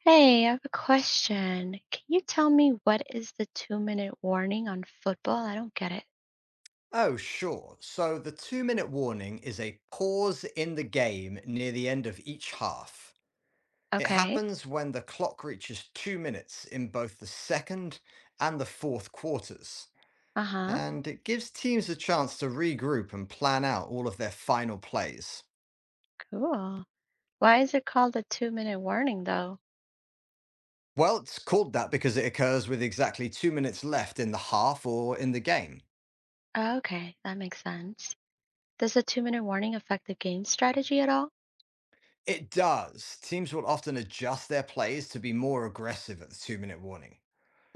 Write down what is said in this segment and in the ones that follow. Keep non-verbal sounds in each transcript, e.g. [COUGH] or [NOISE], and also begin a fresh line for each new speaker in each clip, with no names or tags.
Hey, I have a question. Can you tell me what is the 2-minute warning on football? I don't get it.
Oh, sure. So the 2 minute warning is a pause in the game near the end of each half. It
Okay.
happens when the clock reaches 2 minutes in both the second and the fourth quarters,
Uh-huh.
and it gives teams a chance to regroup and plan out all of their final plays.
Cool. Why is it called a 2-minute warning though?
Well, it's called that because it occurs with exactly 2 minutes left in the half or in the game.
Okay, that makes sense. Does a 2-minute warning affect the game strategy at all?
It does. Teams will often adjust their plays to be more aggressive at the 2 minute warning.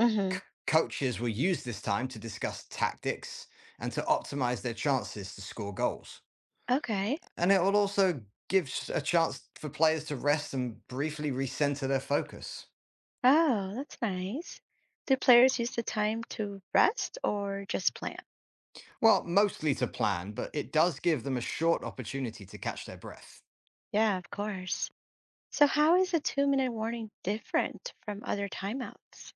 Mm-hmm.
c- Coaches will use this time to discuss tactics and to optimize their chances to score goals.
Okay.
And it will also give a chance for players to rest and briefly recenter their focus.
Oh, that's nice. Do players use the time to rest or just plan?
Well, mostly to plan, but it does give them a short opportunity to catch their breath.
Yeah, of course. So how is a 2-minute warning different from other timeouts?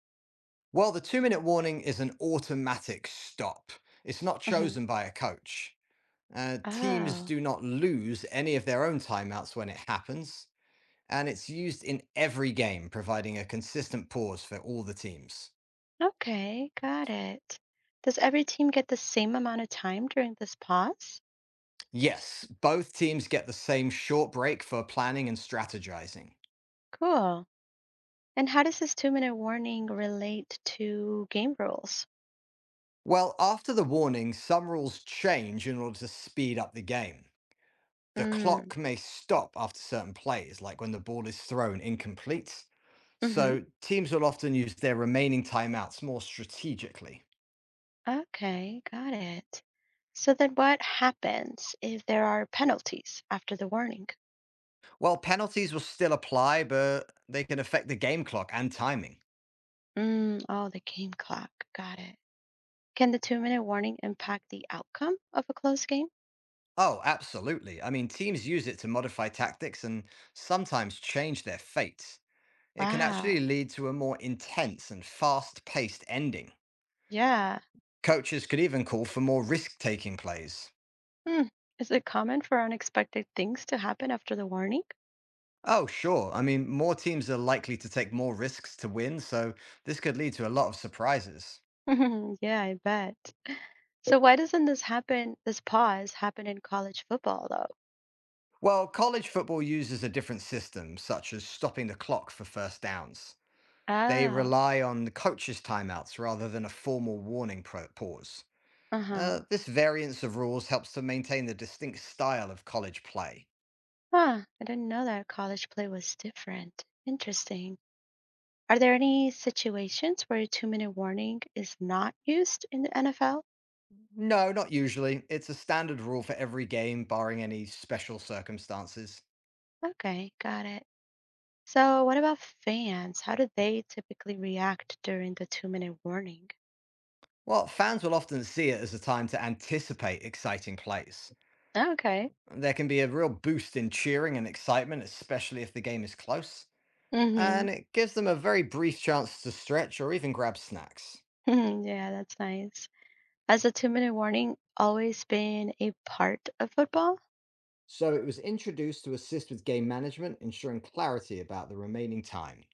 Well, the 2 minute warning is an automatic stop. It's not
Mm-hmm.
chosen by a coach. Teams
Oh.
do not lose any of their own timeouts when it happens, and it's used in every game, providing a consistent pause for all the teams.
Okay, got it. Does every team get the same amount of time during this pause?
Yes, both teams get the same short break for planning and strategizing.
Cool. And how does this 2-minute warning relate to game rules?
Well, after the warning, some rules change in order to speed up the game. The
Mm,
clock may stop after certain plays, like when the ball is thrown incomplete.
hmm.
So teams will often use their remaining timeouts more strategically.
Okay, got it. So then what happens if there are penalties after the warning?
While penalties will still apply, but they can affect the game clock and timing.
Mm. Oh, the game clock. Got it. Can the 2-minute warning impact the outcome of a close game?
Oh, absolutely. I mean, teams use it to modify tactics and sometimes change their fates. It can actually
Wow.
lead to a more intense and fast paced ending.
Yeah.
Coaches could even call for more risk taking plays.
Hmm. Is it common for unexpected things to happen after the warning?
Oh, sure. I mean, more teams are likely to take more risks to win, so this could lead to a lot of surprises.
[LAUGHS] Yeah, I bet. So why doesn't this pause happen in college football though?
Well, college football uses a different system, such as stopping the clock for first downs. They
Oh,
rely on the coaches' timeouts rather than a formal pause.
uh-huh.
This variance of rules helps to maintain the distinct style of college play.
Huh, I didn't know that college play was different. Interesting. Are there any situations where a two-minute warning is not used in the NFL?
No, not usually. It's a standard rule for every game, barring any special circumstances.
Okay, got it. So what about fans? How do they typically react during the two-minute warning?
Well, fans will often see it as a time to anticipate exciting plays.
Okay.
There can be a real boost in cheering and excitement, especially if the game is close,
Mm-hmm.
and it gives them a very brief chance to stretch or even grab snacks.
[LAUGHS] Yeah, that's nice. Has the two-minute warning always been a part of football?
So it was introduced to assist with game management, ensuring clarity about the remaining time.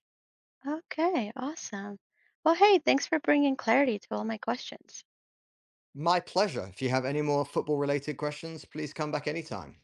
Okay, awesome. Well, hey, thanks for bringing clarity to all my questions.
My pleasure. If you have any more football related questions, please come back anytime.